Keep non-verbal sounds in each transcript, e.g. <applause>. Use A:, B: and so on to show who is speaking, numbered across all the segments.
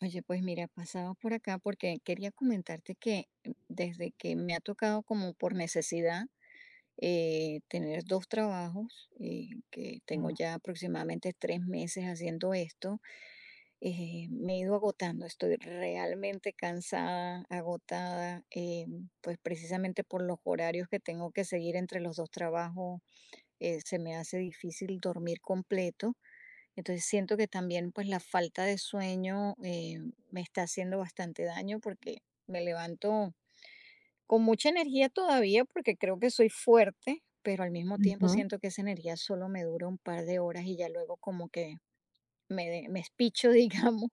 A: Oye, pues mira, pasaba por acá porque quería comentarte que desde que me ha tocado como por necesidad, tener dos trabajos, que tengo
B: Mm,
A: ya aproximadamente 3 meses haciendo esto, me he ido agotando, estoy realmente cansada, agotada. Pues precisamente por los horarios que tengo que seguir entre los dos trabajos, se me hace difícil dormir completo. Entonces siento que también pues la falta de sueño me está haciendo bastante daño, porque me levanto con mucha energía todavía porque creo que soy fuerte, pero al mismo tiempo
B: ujú,
A: siento que esa energía solo me dura un par de horas y ya luego como que me espicho, <laughs> digamos,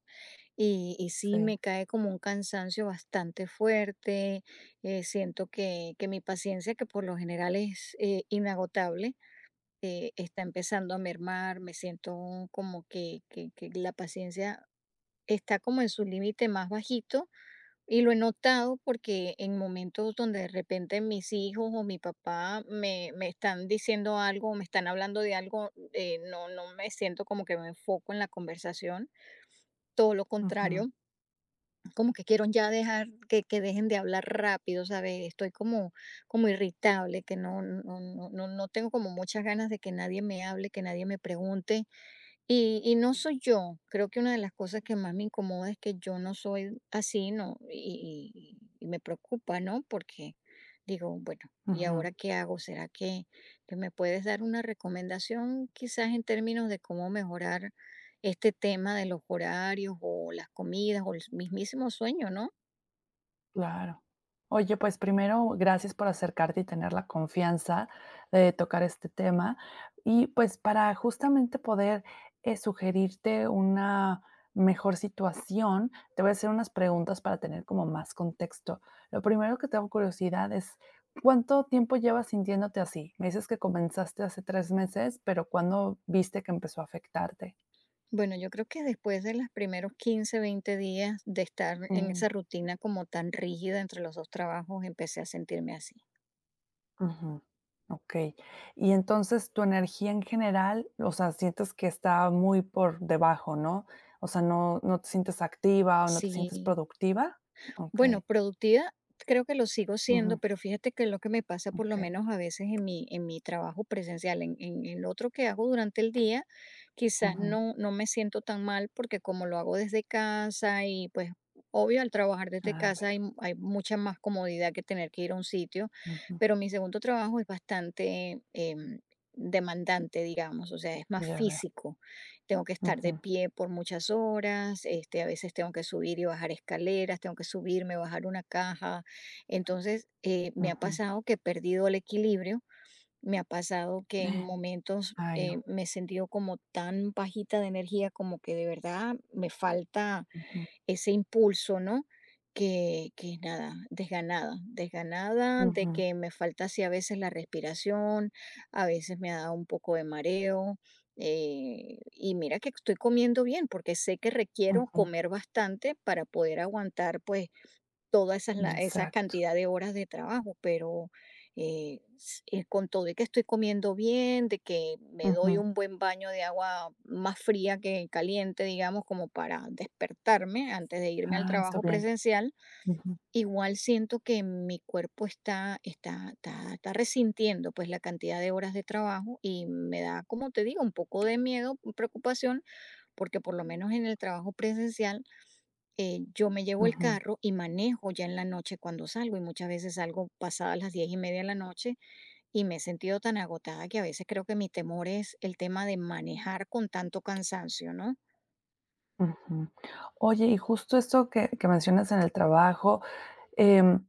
A: y sí
B: sí,
A: me cae como un cansancio bastante fuerte. Siento que, mi paciencia, que por lo general es inagotable, está empezando a mermar. Me siento como que la paciencia está como en su límite más bajito, y lo he notado porque en momentos donde de repente mis hijos o mi papá me están diciendo algo o me están hablando de algo, no, no me siento como que me enfoco en la conversación, todo lo
B: ujú,
A: contrario, como que quiero ya dejar que dejen de hablar rápido, ¿sabes? Estoy como, como irritable, que no, no, no, no no tengo como muchas ganas de que nadie me hable, que nadie me pregunte, y no soy yo. Creo que una de las cosas que más me incomoda es que yo no soy así, ¿no? Y me preocupa, ¿no? Porque digo, bueno, ¿y
B: ujú,
A: ahora qué hago? ¿Será que me puedes dar una recomendación, quizás, en términos de cómo mejorar este tema de los horarios, o las comidas, o el mismísimo sueño, no?
B: claro. Oye, pues primero, gracias por acercarte y tener la confianza de tocar este tema. Y pues para justamente poder, sugerirte una mejor situación, te voy a hacer unas preguntas para tener como más contexto. Lo primero que tengo curiosidad es, ¿cuánto tiempo llevas sintiéndote así? Me dices que comenzaste hace 3 meses, pero ¿cuándo viste que empezó a afectarte?
A: Bueno, yo creo que después de los primeros 15, 20 días de estar en esa rutina como tan rígida entre los 2 trabajos, empecé a sentirme así.
B: Ujú, okey. Y entonces, tu energía en general, o sea, sientes que está muy por debajo, ¿no? O sea, ¿no te sientes activa o no te sientes
A: Sí.
B: productiva?
A: Bueno,
B: Okey.
A: productiva creo que lo sigo siendo,
B: Ujú,
A: pero fíjate que lo que me pasa, por lo
B: okey.
A: menos a veces, en mi, trabajo presencial, en, el otro que hago durante el día, quizás
B: Ujú.
A: no, no me siento tan mal porque como lo hago desde casa y, pues, obvio, al trabajar desde
B: Ah,
A: casa
B: veo.
A: hay mucha más comodidad que tener que ir a un sitio.
B: Ujú.
A: Pero mi segundo trabajo es bastante demandante, digamos. O sea, es más
B: Ya veo.
A: físico, tengo que estar de
B: Ujú,
A: pie por muchas horas. Este, a veces tengo que subir y bajar escaleras, tengo que subirme, bajar una caja. Entonces, me ha
B: ujú.
A: pasado que he perdido el equilibrio, me ha pasado que en momentos
B: Ay, no.
A: me he sentido como tan bajita de energía, como que de verdad me falta
B: Ujú,
A: ese impulso, ¿no? Que, nada, desganada, desganada, de
B: ujú,
A: que me falta así a veces la respiración, a veces me ha dado un poco de mareo. Y mira que estoy comiendo bien porque sé que requiero
B: ujú.
A: comer bastante para poder aguantar, pues, toda esas la esa
B: Exacto.
A: cantidad de horas de trabajo. Pero, s con todo y que estoy comiendo bien, de que me doy
B: Ujú.
A: un buen baño de agua más fría que caliente, digamos, como para despertarme antes de irme al
B: Ah, está
A: trabajo
B: bien.
A: presencial,
B: Ujú,
A: igual siento que mi cuerpo está resintiendo, pues, la cantidad de horas de trabajo, y me da, como te digo, un poco de miedo, preocupación, porque por lo menos en el trabajo presencial, yo me llevo el
B: ujú,
A: carro y manejo ya en la noche cuando salgo, y muchas veces salgo pasadas las 10:30 de la noche, y me he sentido tan agotada que a veces creo que mi temor es el tema de manejar con tanto cansancio, ¿no?
B: ujú. Oye, y justo esto que mencionas en el trabajo, em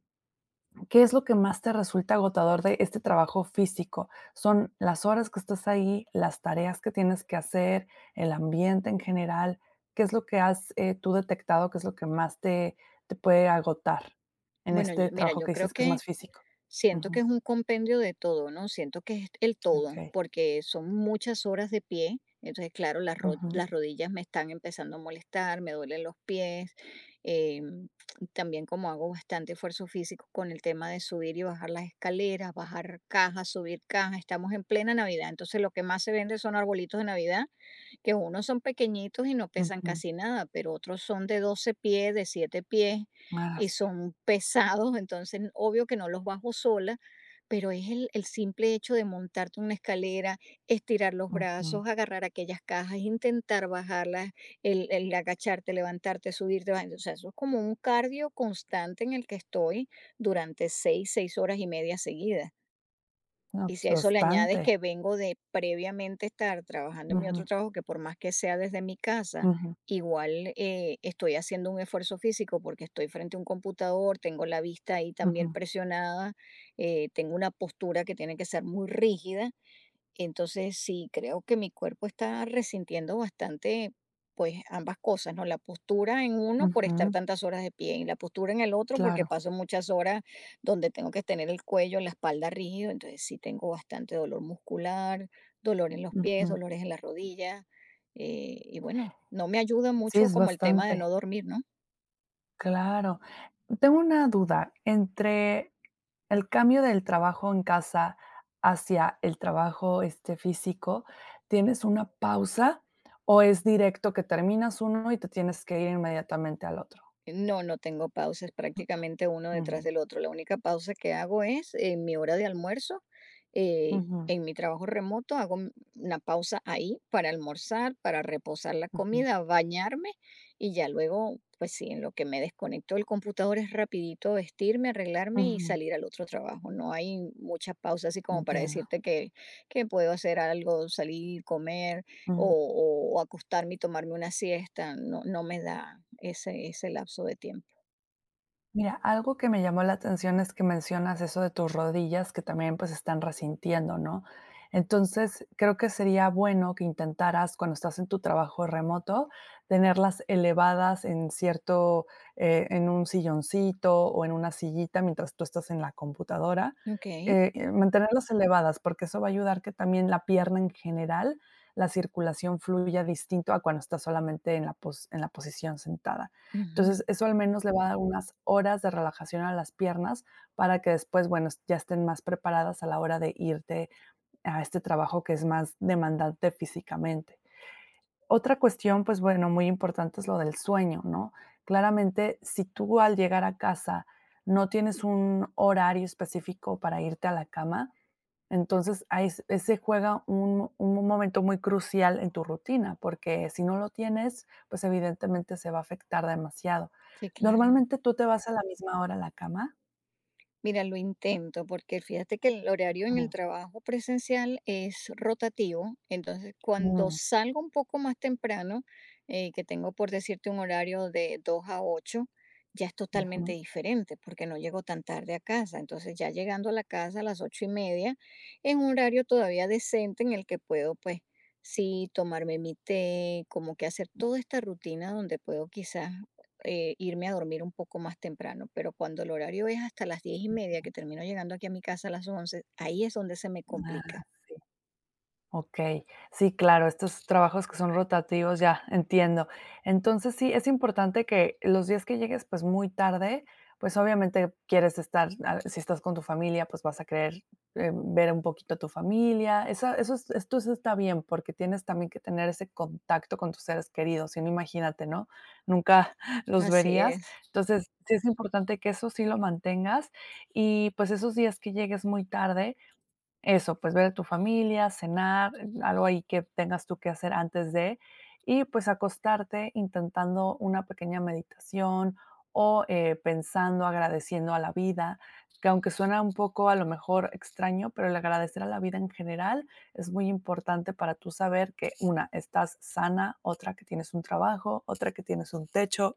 B: ¿qué es lo que más te resulta agotador de este trabajo físico? ¿Son las horas que estás ahí, las tareas que tienes que hacer, el ambiente en general? ¿Qué es lo que has tú detectado que es lo que más te puede agotar en
A: Bueno,
B: este
A: mira,
B: trabajo
A: yo
B: que
A: creo
B: dices que es
A: que
B: más físico?
A: siento que
B: Ujú,
A: es un compendio de todo, ¿no? Siento que es el todo,
B: okey.
A: porque son muchas horas de pie. Entonces, claro, las, ro-
B: Ujú,
A: las rodillas me están empezando a molestar, me duelen los pies. eh, También, como hago bastante esfuerzo físico con el tema de subir y bajar las escaleras, bajar cajas, subir cajas, estamos en plena Navidad. Entonces, lo que más se vende son arbolitos de Navidad, que unos son pequeñitos y no pesan
B: ujú.
A: casi nada, pero otros son de 12 pies, de 7 pies,
B: Ah,
A: y
B: sí.
A: son pesados. Entonces, obvio que no los bajo sola, pero es el simple hecho de montarte una escalera, estirar los
B: Ujú.
A: brazos, agarrar aquellas cajas, intentar bajarlas, el agacharte, levantarte, subirte, bajar. O sea, eso es como un cardio constante en el que estoy durante seis horas y media seguidas.
B: No,
A: Y si
B: pues
A: a eso le añades
B: bastante.
A: que vengo de previamente estar trabajando en mi otro
B: Ujú,
A: trabajo, que por más que sea desde mi casa,
B: ujú,
A: igual, estoy haciendo un esfuerzo físico porque estoy frente a un computador, tengo la vista ahí también
B: ujú,
A: presionada. Tengo una postura que tiene que ser muy rígida. Entonces, sí, creo que mi cuerpo está resintiendo bastante, pues, ambas cosas, ¿no? La postura en uno por estar
B: ujú.
A: tantas horas de pie, y la postura en el otro porque
B: Claro.
A: paso muchas horas donde tengo que tener el cuello, la espalda rígido. Entonces, sí, tengo bastante dolor muscular, dolor en los pies,
B: Ujú.
A: dolores en las rodillas. Y, bueno, no me ayuda
B: Sí,
A: mucho
B: es
A: como el tema de
B: bastante.
A: no dormir, ¿no?
B: Claro. Tengo una duda, entre el cambio del trabajo en casa hacia el trabajo, este, físico, ¿tienes una pausa o es directo que terminas uno y te tienes que ir inmediatamente al otro?
A: No, no tengo pausas, prácticamente uno detrás
B: Ujú,
A: del otro. La única pausa que hago es en mi hora de almuerzo.
B: ujú,
A: En mi trabajo remoto hago una pausa ahí para almorzar, para reposar la
B: ujú,
A: comida, bañarme, y ya luego, pues, sí, en lo que me desconecto del computador, es rapidito vestirme, arreglarme y
B: ujú,
A: salir al otro trabajo. No hay muchas pausas así como para
B: entiendo.
A: decirte que, puedo hacer algo, salir, comer, o acostarme y tomarme una siesta. No, no me da ese, lapso de tiempo.
B: Mira, algo que me llamó la atención es que mencionas eso de tus rodillas que también, pues, están resintiendo, ¿no? Entonces, creo que sería bueno que intentaras, cuando estás en tu trabajo remoto, tenerlas elevadas en cierto, en un silloncito o en una sillita mientras tú estás en la computadora,
A: Ok.
B: mantenerlas elevadas, porque eso va a ayudar que también la pierna en general, la circulación fluya distinto a cuando estás solamente en la pos en la posición sentada. Entonces,
A: Ujú.
B: eso al menos le va a dar unas horas de relajación a las piernas para que después, bueno, ya estén más preparadas a la hora de irte a este trabajo que es más demandante físicamente. Otra cuestión, pues bueno, muy importante es lo del sueño, ¿no? Claramente, si tú al llegar a casa no tienes un horario específico para irte a la cama, entonces, ahí s ese juega un momento muy crucial en tu rutina, porque si no lo tienes, pues, evidentemente se va a afectar demasiado.
A: Sí, claro.
B: ¿Normalmente tú te vas a la misma hora a la cama?
A: Mira, lo intento, porque fíjate que el horario en el
B: Ujú.
A: trabajo presencial es rotativo. Entonces, cuando
B: Mm,
A: salgo un poco más temprano, que tengo, por decirte, un horario de 2 a 8, ya es totalmente
B: ujú.
A: diferente, porque no llego tan tarde a casa. Entonces, ya llegando a la casa a las 8:30, en un horario todavía decente, en el que puedo, pues, sí, tomarme mi té, como que hacer toda esta rutina donde puedo quizás, irme a dormir un poco más temprano. Pero cuando el horario es hasta las 10:30, que termino llegando aquí a mi casa a las 11, ahí es donde se me
B: Ah,
A: complica.
B: sí. Okey. Sí, claro, estos trabajos que son rotativos, ya, entiendo. Entonces, sí, es importante que los días que llegues, pues, muy tarde, pues, obviamente quieres estar si estás con tu familia, pues, vas a querer, ver un poquito a tu familia. Esa eso es esto sí está bien, porque tienes también que tener ese contacto con tus seres queridos, si no, imagínate, ¿no? Nunca <laughs> los
A: Así
B: verías.
A: es.
B: Entonces, sí es importante que eso sí lo mantengas y, pues, esos días que llegues muy tarde, eso, pues ver a tu familia, cenar, algo ahí que tengas tú que hacer antes de, y pues acostarte intentando una pequeña meditación o pensando, agradeciendo a la vida, que aunque suena un poco a lo mejor extraño, pero el agradecer a la vida en general es muy importante para tú saber que una, estás sana, otra que tienes un trabajo, otra que tienes un techo,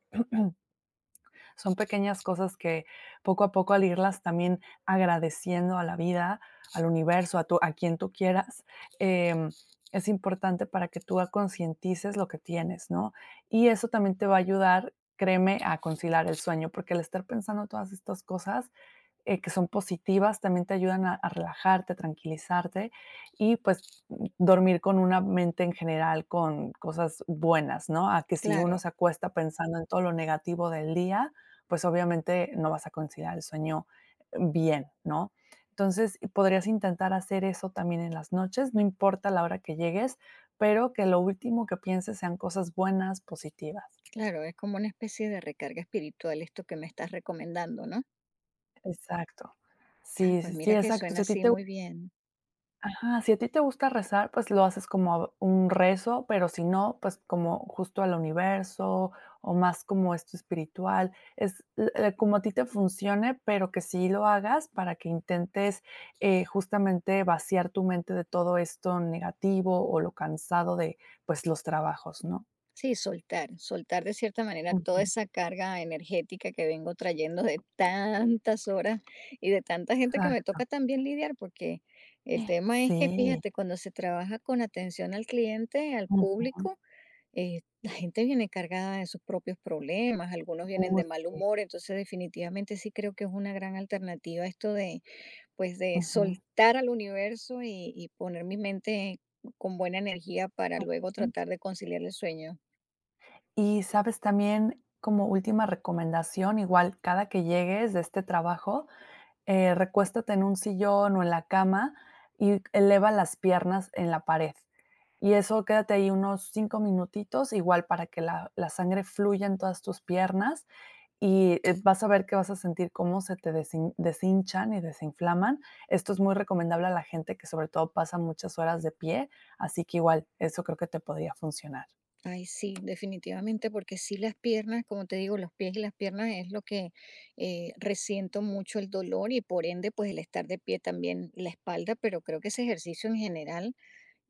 B: son pequeñas cosas que poco a poco al irlas también agradeciendo a la vida, al universo, a quien tú quieras, em, es importante para que tú concientices lo que tienes, ¿no? Y eso también te va a ayudar, créeme, a conciliar el sueño, porque el estar pensando todas estas cosas que son positivas, también te ayudan a, relajarte, a tranquilizarte y pues dormir con una mente en general con cosas buenas, ¿no? A que si uno
A: Claro,
B: se acuesta pensando en todo lo negativo del día, pues obviamente no vas a considerar el sueño bien, ¿no? Entonces, podrías intentar hacer eso también en las noches, no importa la hora que llegues, pero que lo último que pienses sean cosas buenas, positivas.
A: claro, es como una especie de recarga espiritual esto que me estás recomendando, ¿no?
B: Exacto.
A: Ah,
B: Sí,
A: pues
B: sí, sí,
A: mira que
B: exacto.
A: suena
B: Si a ti
A: así
B: te
A: muy bien.
B: Ajá, si a ti te gusta rezar, pues lo haces como un rezo, pero si no, pues como justo al universo o más como esto espiritual, como a ti te funcione, pero que sí lo hagas para que intentes justamente vaciar tu mente de todo esto negativo o lo cansado de pues los trabajos, ¿no?
A: Sí, soltar, soltar, de cierta manera,
B: Ujú,
A: toda esa carga energética que vengo trayendo de tantas horas y de tanta gente que me
B: exacto.
A: toca también lidiar. Porque el tema es que,
B: Sí.
A: fíjate, cuando se trabaja con atención al cliente, al
B: Ujú,
A: público, la gente viene cargada de sus propios problemas, algunos vienen de mal
B: sí.
A: humor. Entonces, definitivamente, sí creo que es una gran alternativa esto de, pues, de
B: Ujú.
A: soltar al universo, y poner mi mente con buena energía para luego tratar de conciliar el sueño.
B: Y, ¿sabes? También, como última recomendación, igual, cada que llegues de este trabajo, recuéstate en un sillón o en la cama y eleva las piernas en la pared. Y eso quédate ahí unos 5 minutitos, igual para que la sangre fluya en todas tus piernas y, vas a ver que vas a sentir cómo se te desin deshinchan y desinflaman. Esto es muy recomendable a la gente que, sobre todo, pasa muchas horas de pie, así que igual, eso creo que te podría funcionar.
A: Ay, sí, definitivamente, porque sí, las piernas, como te digo, los pies y las piernas es lo que, resiento mucho el dolor, y por ende, pues, el estar de pie, también la espalda, pero creo que ese ejercicio en general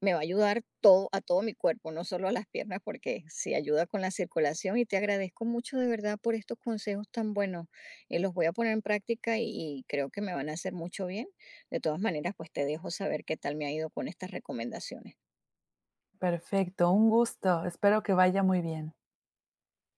A: me va a ayudar todo, a todo mi cuerpo, no solo a las piernas, porque sí ayuda con la circulación, y te agradezco mucho, de verdad, por estos consejos tan buenos. Los voy a poner en práctica, y creo que me van a hacer mucho bien. De todas maneras, pues, te dejo saber qué tal me ha ido con estas recomendaciones.
B: Perfecto, un gusto. Espero que vaya muy bien.